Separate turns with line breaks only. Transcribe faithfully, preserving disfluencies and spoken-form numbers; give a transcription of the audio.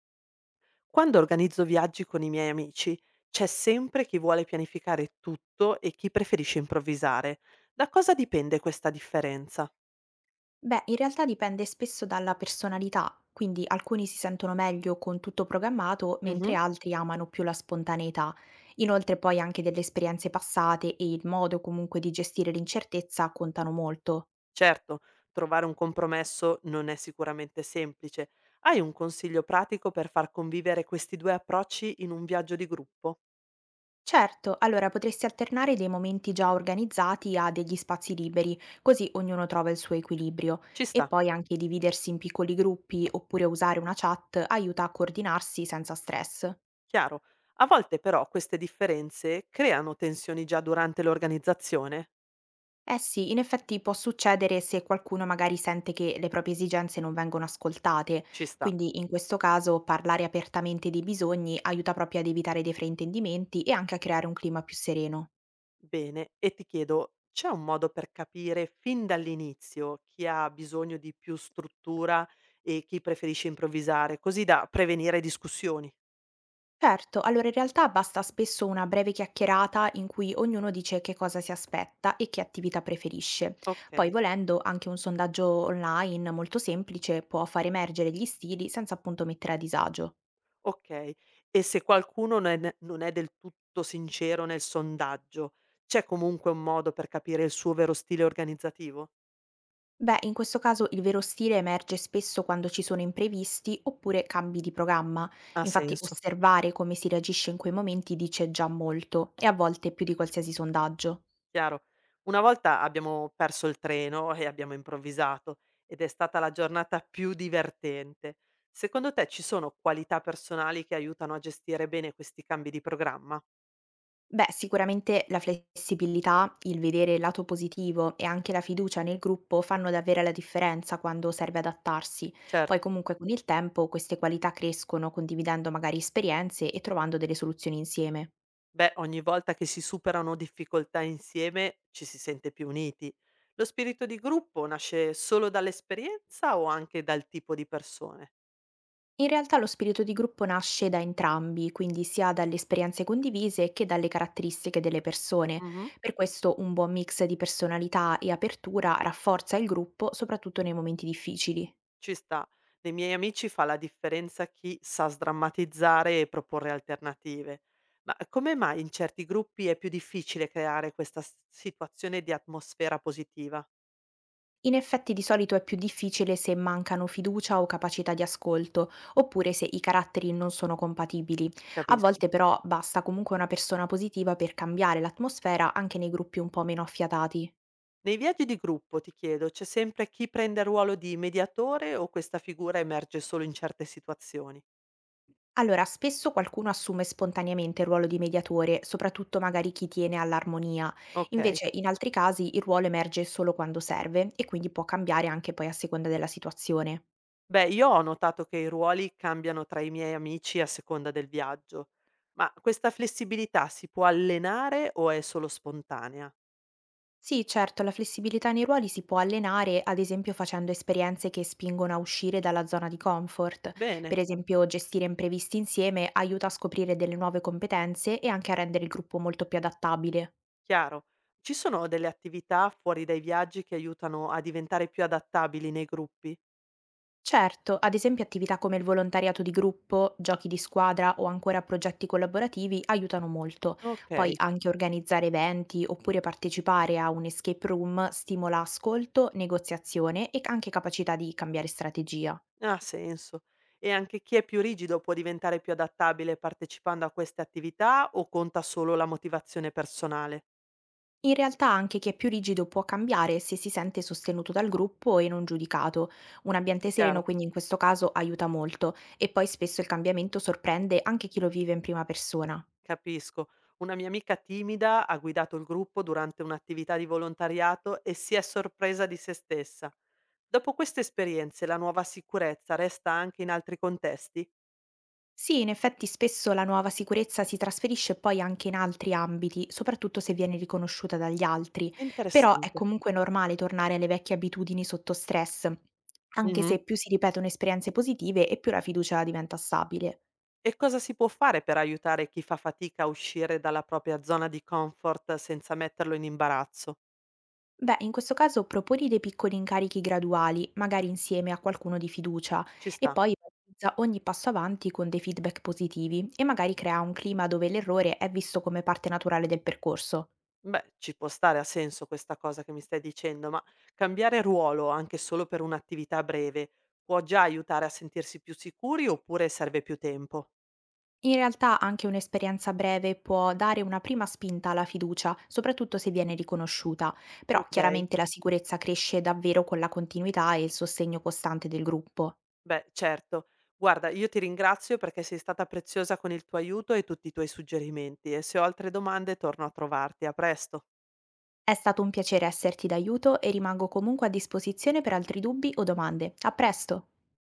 Quando organizzo viaggi con i miei amici, c'è sempre chi vuole pianificare tutto e chi preferisce improvvisare. Da cosa dipende questa differenza?
Beh, in realtà dipende spesso dalla personalità, quindi alcuni si sentono meglio con tutto programmato, mentre
Mhm.
altri amano più la spontaneità. Inoltre poi anche delle esperienze passate e il modo comunque di gestire l'incertezza contano molto.
Certo, trovare un compromesso non è sicuramente semplice. Hai un consiglio pratico per far convivere questi due approcci in un viaggio di gruppo?
Certo, allora potresti alternare dei momenti già organizzati a degli spazi liberi, così ognuno trova il suo equilibrio.
Ci
E
sta,
poi anche dividersi in piccoli gruppi oppure usare una chat aiuta a coordinarsi senza stress.
chiaro. A volte però queste differenze creano tensioni già durante l'organizzazione.
Eh sì, in effetti può succedere se qualcuno magari sente che le proprie esigenze non vengono ascoltate,
Ci sta.
quindi in questo caso parlare apertamente dei bisogni aiuta proprio ad evitare dei fraintendimenti e anche a creare un clima più sereno.
Bene, e ti chiedo, c'è un modo per capire fin dall'inizio chi ha bisogno di più struttura e chi preferisce improvvisare, così da prevenire discussioni?
Certo, allora in realtà basta spesso una breve chiacchierata in cui ognuno dice che cosa si aspetta e che attività preferisce. Poi
Okay,
volendo anche un sondaggio online molto semplice può far emergere gli stili senza appunto mettere a disagio.
okay. E se qualcuno non è ne non è del tutto sincero nel sondaggio, c'è comunque un modo per capire il suo vero stile organizzativo?
Beh, in questo caso il vero stile emerge spesso quando ci sono imprevisti oppure cambi di programma.
Ha
Infatti,
senso.
osservare come si reagisce in quei momenti dice già molto, e a volte più di qualsiasi sondaggio.
Chiaro. Una volta abbiamo perso il treno e abbiamo improvvisato ed è stata la giornata più divertente. Secondo te ci sono qualità personali che aiutano a gestire bene questi cambi di programma?
Beh, sicuramente la flessibilità, il vedere il lato positivo e anche la fiducia nel gruppo fanno davvero la differenza quando serve adattarsi. Poi
Certo,
comunque con il tempo queste qualità crescono condividendo magari esperienze e trovando delle soluzioni insieme.
beh, ogni volta che si superano difficoltà insieme ci si sente più uniti. Lo spirito di gruppo nasce solo dall'esperienza o anche dal tipo di persone?
In realtà lo spirito di gruppo nasce da entrambi, quindi sia dalle esperienze condivise che dalle caratteristiche delle persone.
Mhm.
Per questo un buon mix di personalità e apertura rafforza il gruppo, soprattutto nei momenti difficili.
Ci sta. Nei miei amici fa la differenza chi sa sdrammatizzare e proporre alternative. Ma come mai in certi gruppi è più difficile creare questa s- situazione di atmosfera positiva?
In effetti di solito è più difficile se mancano fiducia o capacità di ascolto, oppure se i caratteri non sono compatibili. A
Capisco.
volte però basta comunque una persona positiva per cambiare l'atmosfera anche nei gruppi un po' meno affiatati.
Nei viaggi di gruppo, ti chiedo, c'è sempre chi prende il ruolo di mediatore o questa figura emerge solo in certe situazioni?
Allora, spesso qualcuno assume spontaneamente il ruolo di mediatore, soprattutto magari chi tiene all'armonia.
Ok.
Invece, in altri casi, il ruolo emerge solo quando serve e quindi può cambiare anche poi a seconda della situazione.
Beh, io ho notato che i ruoli cambiano tra i miei amici a seconda del viaggio, ma questa flessibilità si può allenare o è solo spontanea?
Sì, certo, la flessibilità nei ruoli si può allenare, ad esempio facendo esperienze che spingono a uscire dalla zona di comfort.
Bene.
Per esempio, gestire imprevisti insieme aiuta a scoprire delle nuove competenze e anche a rendere il gruppo molto più adattabile.
Chiaro. Ci sono delle attività fuori dai viaggi che aiutano a diventare più adattabili nei gruppi?
Certo, ad esempio attività come il volontariato di gruppo, giochi di squadra o ancora progetti collaborativi aiutano molto. Poi
Okay,
anche organizzare eventi oppure partecipare a un escape room stimola ascolto, negoziazione e anche capacità di cambiare strategia.
ha senso. E anche chi è più rigido può diventare più adattabile partecipando a queste attività o conta solo la motivazione personale?
In realtà anche chi è più rigido può cambiare se si sente sostenuto dal gruppo e non giudicato. Un ambiente
Chiaro,
sereno quindi in questo caso aiuta molto e poi spesso il cambiamento sorprende anche chi lo vive in prima persona.
capisco. Una mia amica timida ha guidato il gruppo durante un'attività di volontariato e si è sorpresa di se stessa. Dopo queste esperienze la nuova sicurezza resta anche in altri contesti?
Sì, in effetti spesso la nuova sicurezza si trasferisce poi anche in altri ambiti, soprattutto se viene riconosciuta dagli altri,
È
però è
interessante.
comunque normale tornare alle vecchie abitudini sotto stress, anche
Mh-mh.
se più si ripetono esperienze positive e più la fiducia diventa stabile.
E cosa si può fare per aiutare chi fa fatica a uscire dalla propria zona di comfort senza metterlo in imbarazzo?
Beh, in questo caso proponi dei piccoli incarichi graduali, magari insieme a qualcuno di fiducia,
Ci
e
sta.
poi valorizza ogni passo avanti con dei feedback positivi e magari crea un clima dove l'errore è visto come parte naturale del percorso.
Beh, ci può stare, ha senso questa cosa che mi stai dicendo, ma cambiare ruolo anche solo per un'attività breve può già aiutare a sentirsi più sicuri oppure serve più tempo?
In realtà anche un'esperienza breve può dare una prima spinta alla fiducia, soprattutto se viene riconosciuta, però
Ok,
chiaramente la sicurezza cresce davvero con la continuità e il sostegno costante del gruppo.
beh, certo. Guarda, io ti ringrazio perché sei stata preziosa con il tuo aiuto e tutti i tuoi suggerimenti e se ho altre domande torno a trovarti. A presto.
È stato un piacere esserti d'aiuto e rimango comunque a disposizione per altri dubbi o domande. A presto!